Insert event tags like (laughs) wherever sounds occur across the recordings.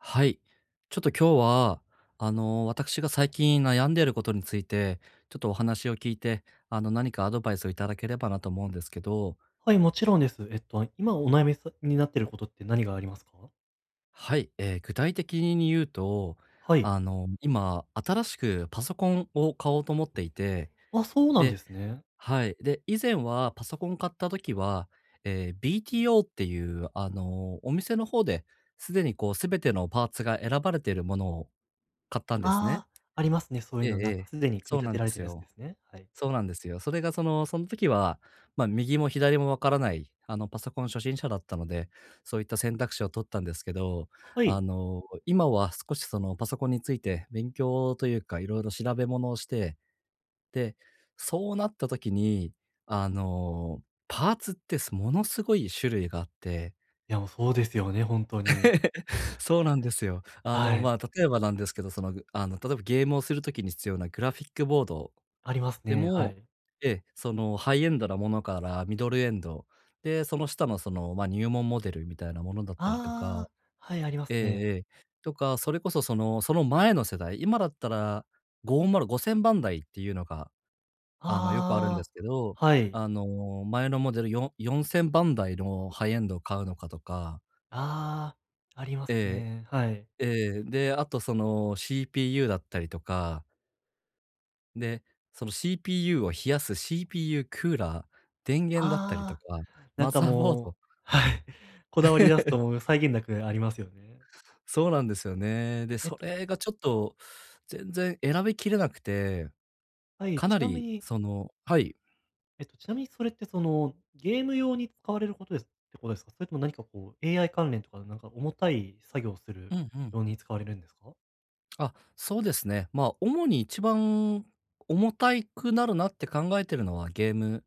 はい。ちょっと今日は、私が最近悩んでいることについて、ちょっとお話を聞いて、何かアドバイスをいただければなと思うんですけど、はい、もちろんです。今お悩みになってることって何がありますか？はい、具体的に言うと、はい。今、新しくパソコンを買おうと思っていて、あ、そうなんでで、すね。はい。で、以前はパソコン買った時は、BTO っていう、お店の方で、すでにこう、すべてのパーツが選ばれているものを買ったんですね。ああ、ありますね、そういえうえ、の。えなんかえ、すでに組そみうな立んてらでれてするやつでよ。すね。はい。そうなんですよ。それがその時は、まあ、右も左もわからない、パソコン初心者だったので、そういった選択肢を取ったんですけど、はい。今は少しそのパソコンについて勉強というか、いろいろ調べ物をして、で、そうなった時に、あの、パーツってものすごい種類があって、いや、もうそうですよね、ほんとに。(laughs) そうなんですよ。はまい。あ、例えばなんですけど、例えばゲームをする時に必要なグラフィックボード、ありますでね、はも、い。ええ、そのハイエンドなものからミドルエンド、で、その下の入門モデルみたいなものだったりとか、ああ、はい、ありますええ、ね。ええ、とか、それこそその前の世代、今だったら510、500番台っていうのが、よくあるんでああ、すけど、はい。あの、前のモデルよ4000番台のハイエンドを買うのかとか、ああ、ありますえね。はい。え、ええ、で、あとその CPU だったりとかで、その CPU を冷やす CPU クーラー、電源だったりとあか、あ、なんマかザーボーもうド、はい。(laughs) こだわり出すともう際限なくありますよね。そうなんですよね。で、えっそと、れがちょっと全然選びきれなくて、はい、かちななみりにその、はい。えっと、ちなみにそれってその、ゲーム用に使われることですってことですか？それとも何かこう AI 関連とかなんか重たい作業をすうるんうん。用に使われるんですか？あ、そうですね。まあ、主に一番重たいくなるなって考えてるのはゲーム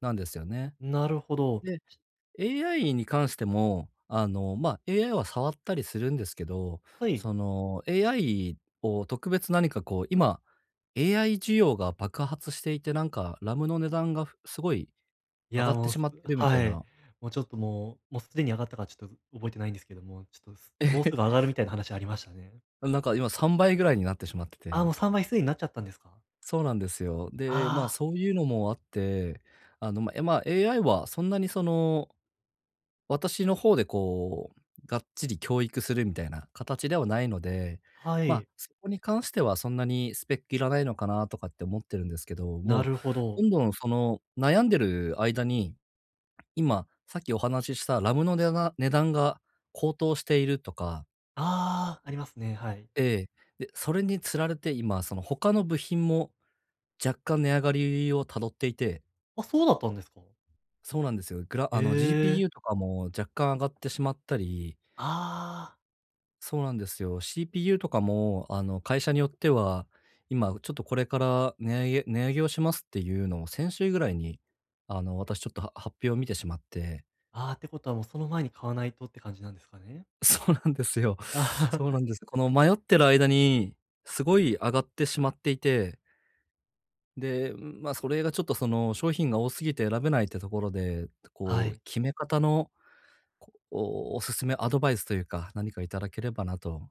なんですよね。なるほど。で、 AI に関しても、まあ、AI は触ったりするんですけど、はい。その、AI を特別何かこう、今、AI 需要が爆発していて、なんかラムの値段がすごいい上がや、ってもう、しますってるみたいはい。な、もうちょっともうもうすでに上がったかちょっと覚えてないんですけども、ちょっと、すえもうすぐえ、上がるみたいな話ありましたね。(laughs) なんか今3倍ぐらいになってしまってああ、もて。う3倍すでになっちゃったんですか？そうなんですよ。で、ま、ああそういうのもあって、まあ、AI はそんなにその私の方でこう、がっちり教育するみたいな形ではないので、あ、はまあ、い。そこに関してはそんなにスペックいらないのかなとかって思ってるんですけど、なもるほう、どど。んどんその悩んでる間に、今、さっきお話ししたラムの値段が高騰しているとか、ああ、ありますね、はい。ええ。で、それにつられて今、その他の部品も若干値上がりをたどっていて、あ、そうだったんですか？そうなんですよ。グラへあの、え。GPU とかも若干上がってしまったり、ああ。そうなんですよ。CPU とかも、会社によっては、今ちょっとこれから値上げをしますっていうのを先週ぐらいに、私ちょっとは発表を見てしまって、ああ、ってことはもうその前に買わないとって感じなんですかね？(laughs) そうなんですよ。あはは そうなんです。この迷ってる間に、すごい上がってしまっていて、で、まあ、それがちょっとその商品が多すぎて選べないってところで、(laughs) はこう、い。決め方の、こう、おすすめアドバイスというか、何かいただければなと。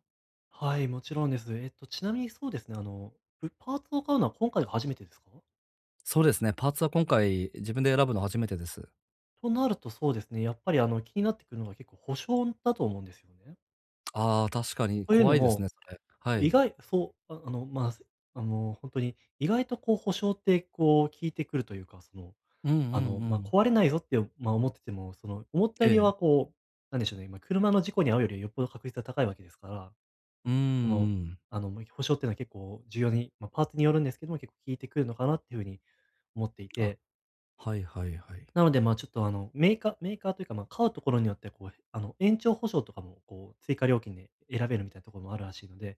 はい、もちろんです。えっと、ちなみにそうですね、あの、パーツを買うのは今回が初めてですか？そうですね、パーツは今回自分で選ぶの初めてです。となるとそうですね、やっぱりあの、気になってくるのが結構保証だと思うんですよね。ああ、確かにという怖のいですも、ね、それ。は意い。外そう、ああの、まあ、せあの、本当に意外とこう保証ってこう効いてくるというか、その、うん、うん、あの、うまあ、ん。壊れないぞって、まあ、思ってても、その、思ったえよりえ。はこう、なんでしょうね、まあ、車の事故に遭うよりはよっぽど確率が高いわけですから、うーその、ん。あの、ま、保証っていうのは結構重要に、まあ、パーツによるんですけども、結構効いてくるのかなっていう風に思っていあ、て、はい、はい、はい。なので、まあ、ちょっと、あの、メーカーというか、まあ、買うところによってこう、あの、延長保証とかも、こう、追加料金で選べるみたいなところもあるらしいので、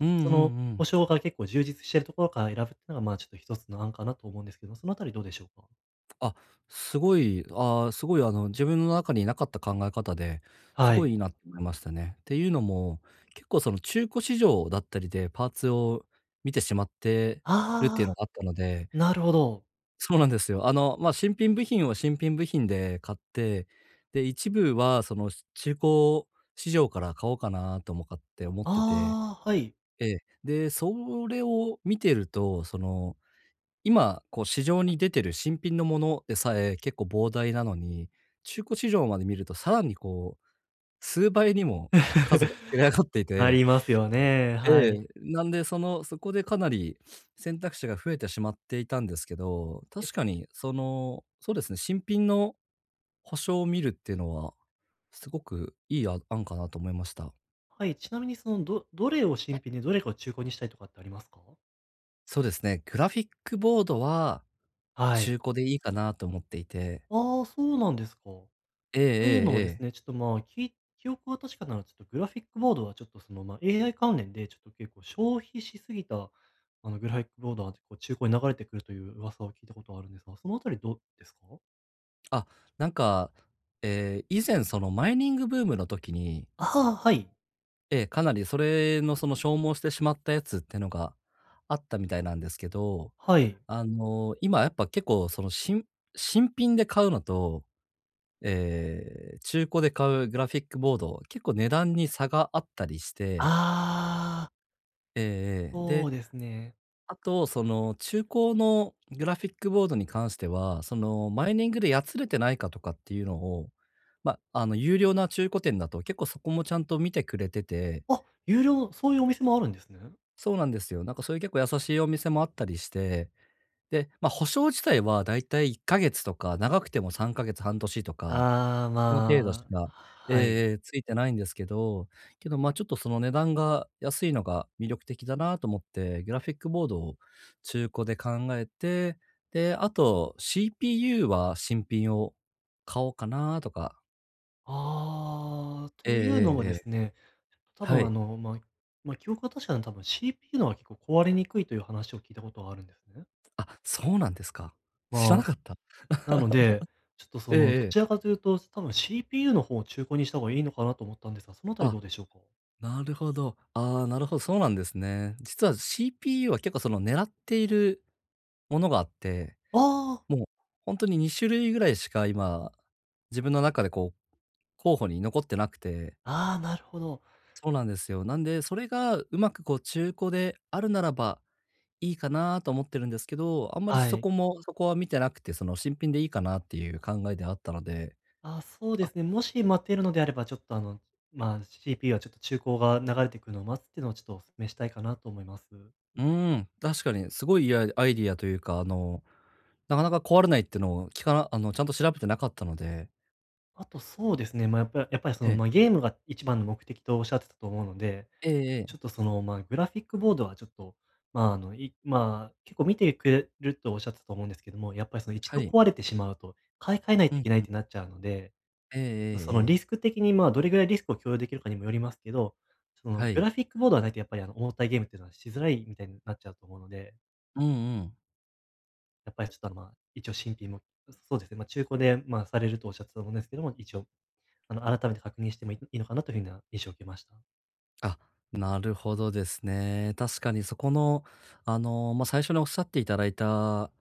うん、うん、そのう保ん。証が結構充実しているところから選ぶっていうのが、まあ、ちょっと一つの案かなと思うんですけど、そのあたりどうでしょうか？あ、すごい、ああ、すごい自分の中になかった考え方で、すはごいい。いいなと思いましたね。っていうのも、結構その中古市場だったりでパーツを見てしまってるっていうのああ、があったので、なるほど。そうなんですよ。まあ、新品部品で買って、で、一部はその、中古市場から買おうかなともかって思ってて、ああ、はい。ええ。で、それを見てると、その、今、こう市場に出てる新品のものでさえ結構膨大なのに、中古市場まで見るとさらにこう、数倍にも数が膨れ上がっ (laughs) ていなて、りますよね、えはえ、い。なんで、その、そこでかなり選択肢が増えてしまっていたんですけど、え確かにその、そうですね、新品の保証を見るっていうのは、すごくいい案かなと思いました。はい、ちなみにその、どれを新品でどれかを中古にしたいとかってありますか？そうですね、グラフィックボードははい。中古でいいかなと思っていて。ああ、そうなんですか。ええ、えというのえ、もですええ。ね、ちょっと、まあ、記憶が確かなら、ちょっとグラフィックボードはちょっと、その、まあ、AI 関連でちょっと結構消費しすぎた、あの、グラフィックボードは、こう、中古に流れてくるという噂を聞いたことはあるんですが、そのあたりどうですか？あ、なんか、ええ、以前そのマイニングブームの時に、ああー、はい。ええ、かなりそれのその消耗してしまったやつってのがあったみたいなんですけど、はい。今やっぱ結構その、新品で買うのと、中古で買うグラフィックボード、結構値段に差があったりして、ああ。えーそで、うですね。あとその中古のグラフィックボードに関しては、そのマイニングでやつれてないかとかっていうのを、まあ、あの有料な中古店だと結構そこもちゃんと見てくれてて、あ、そういうお店もあるんですね。そうなんですよ。なんかそういう結構優しいお店もあったりして、で、ま、あ保証自体はだいたい1ヶ月とか、長くても3ヶ月、半年とか、ああ、その程度しまか、あ、ええ、はえい。え、ついてないんですけど、けど、まあ、ちょっとその値段が安いのが魅力的だなと思って、グラフィックボードを中古で考えて、で、あと CPU は新品を買おうかなとか。ああ、ええ、というのえもえ、えでえ。すね、多は分あい。の、まあ、記憶が確かに多分 CPU のは結構壊れにくいという話を聞いたことがあるんですね。あ、そうなんですか。知らなまかった。あ、なので、ちょっとそええ、の、どええ。ちらかというと、多分 CPU の方を中古にした方がいいのかなと思ったんですが、そのあたりあ、どうでしょうか？なるほど。ああ、なるほど、そうなんですね。実は CPU は結構その狙っているものがあって、ああ、もう本当に2種類ぐらいしか今、自分の中でこう、候補に残ってなくて、ああ、なるほど。そうなんですよ。なんで、それがうまくこう中古であるならばいいかなと思ってるんですけど、あんまりはそい。こもそこは見てなくて、その新品でいいかなっていう考えであったので、あ、そうであ、すね、もし待っているのであれば、ちょっとあの、まあ、CPU はちょっと中古が流れてくるのを待つっていうのをちょっとお勧めしたいかなと思います。うん、確かにすごいいいアイディアというか、なかなか壊れないってのを、きかなあの、ちゃんと調べてなかったので。あとそうですね、まあ、やっぱりそえの、え。まあ、ゲームが一番の目的とおっしゃってたと思うので、ええ、えちょっえ。とその、まあ、グラフィックボードはちょっと、まあ、あの、い、結構見てくれるとおっしゃってたと思うんですけども、やっぱりその一は度い。壊れてしまうと、買い替えないうといん、けないうっん。てなっちゃうので、ええ、えそえ、のリええ。スク的に、まあ、どれぐらいリスクを共有できるかにもよりますけど、そのはグい。ラフィックボードがないとやっぱりあの重たいゲームっていうのはしづらいみたいになっちゃうと思うので、うん、うん。やっぱりちょっとあの、まあ、一応新品もそうですね、まあ、中古で、まあ、されるとおっしゃってたと思うんですけども、一応あの、改めて確認してもいいのかなというふうな印象を受けました。あ、なるほどですね。確かにそこの、ま、最初におっしゃっていただいた、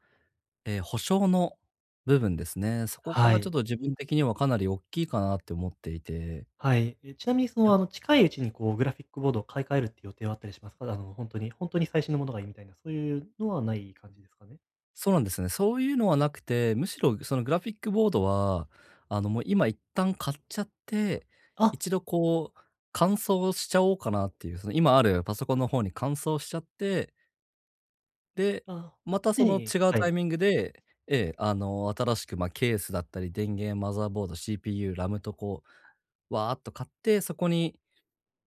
ええ、保証の部分ですね。そこはがちょい。っと自分的にはかなりおっきいかなって思っていて。はい。え、ちなみにその、やあの、近いうちにこうグラフィックボードを買い替えるっていう予定はあったりしますか？あの、本当に最新のものがいいみたいな、そういうのはない感じですかね？そうなんですね。そういうのはなくて、むしろそのグラフィックボードは、もう今一旦買っちゃって、あ、一度こう、乾燥しちゃおうかなっていう、その今あるパソコンの方に乾燥しちゃって、で、ああ、またすでそのに違うはタイい。ミングで、ええ、新しく、ま、ケースだったり、電源、マザーボード、CPU、ラムとこう、わーっと買って、そこに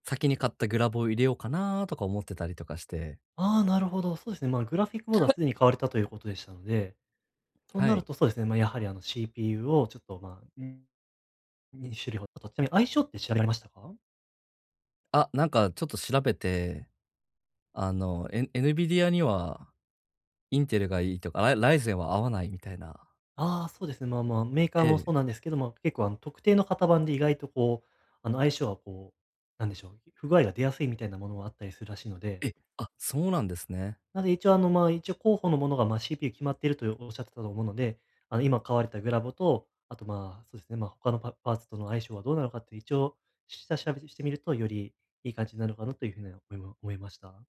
先に買ったグラボを入れようかなとか思ってたりとかして。ああ、なるほど。そうですね。まあ、グラフィックボードはすでに買われたということでしたので、とはなるい。とそうですね、まあ、やはりあの CPU をちょっと、まあ、2種類ほど、あとちなみに相性って調べられましたか？あ、なんかちょっと調べてエヌビディにはインテルがいいとか、ライゼンは合わないみたいな。ああ、そうですね。まあ、メーカえーもえ。そうなんですけど、まあ、結構あの特定の型番で意外とこう、あの相性はこう、なんでしょう、不具合が出やすいみたいなものはあったりするらしいので、あ、そうなんですね。なので一応あの、まあ一応候補のものがまあ CPU 決まっているとおっしゃってたと思うので、あの今買われたグラボと、あとまあそうですね、まあ他のパーツとの相性はどうなのかって一応下調べしてみるとよりいい感じになるかなというふうには思いました。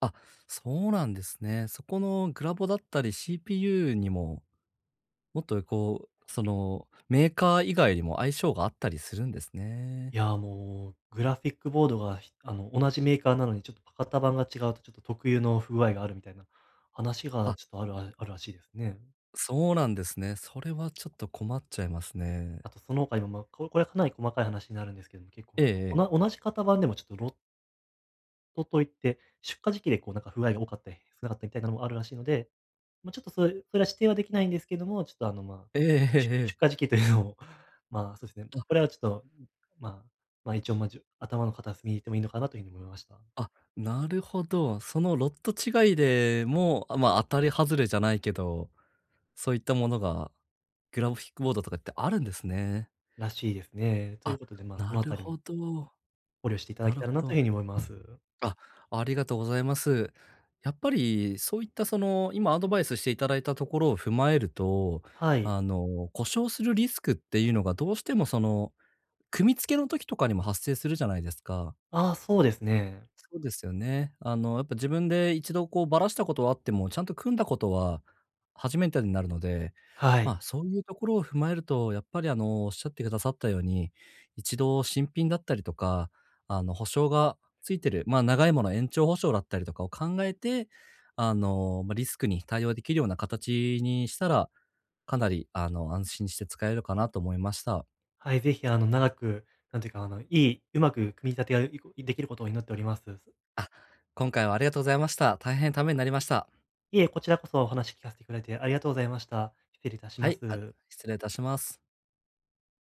あ、そうなんですね。そこのグラボだったり CPU にも、もっとこう、そのメーカー以外にも相性があったりするんですね。いやー、もう、グラフィックボードが、あの、同じメーカーなのにちょっとパカッタ版が違うとちょっと特有の不具合があるみたいな話があ、ちょっとあるああるらしいですね。そうなんですね。それはちょっと困っちゃいますね。あとその他にも、まあ、これはかなり細かい話になるんですけども、結構、ええ、あの、ええ。同じ型番でもちょっとロットといって、出荷時期でこうなんか不具合が多かったり少なかったみたいなのもあるらしいので、まあ、ちょっとそれは指定はできないんですけども、ちょっとあの、ま、あええ、ええ、え出荷時え。期というのを、(laughs) まあ、そうですね、あ、これはちょっと、まあまあ、一応、まあ、頭の片隅に入れてもいいのかなという風に思いました。あ、なるほど。そのロット違いでも、あ、まあ、当たり外れじゃないけど、そういったものが、グラフィックボードとかってあるんですね。らしいですね。といあ、うことで、まあ、そなのあるたりもほど。考慮していただなけるたらほなというど。ふうに思います。あ、ありがとうございます。やっぱりそういったその、今アドバイスしていただいたところを踏まえると、はい。故障するリスクっていうのがどうしてもその、組み付けの時とかにも発生するじゃないですか。ああ、そうですね。そうですよね。やっぱ自分で一度こうばらしたことはあっても、ちゃんと組んだことは初めてになるので、はい。まあ、そういうところを踏まえると、やっぱりおっしゃってくださったように、一度新品だったりとか、保証がついてる、まあ、長いもの延長保証だったりとかを考えて、まあ、リスクに対応できるような形にしたら、かなり、安心して使えるかなと思いました。はい、ぜひ、あの、長く、なんていうか、あの、いい、うまく組み立てができることを祈っております。あ、今回はありがとうございました。大変ためになりました。いえ、こちらこそお話聞かせてくれてありがとうございました。失礼いたしはまい、あ、す。失礼いたします。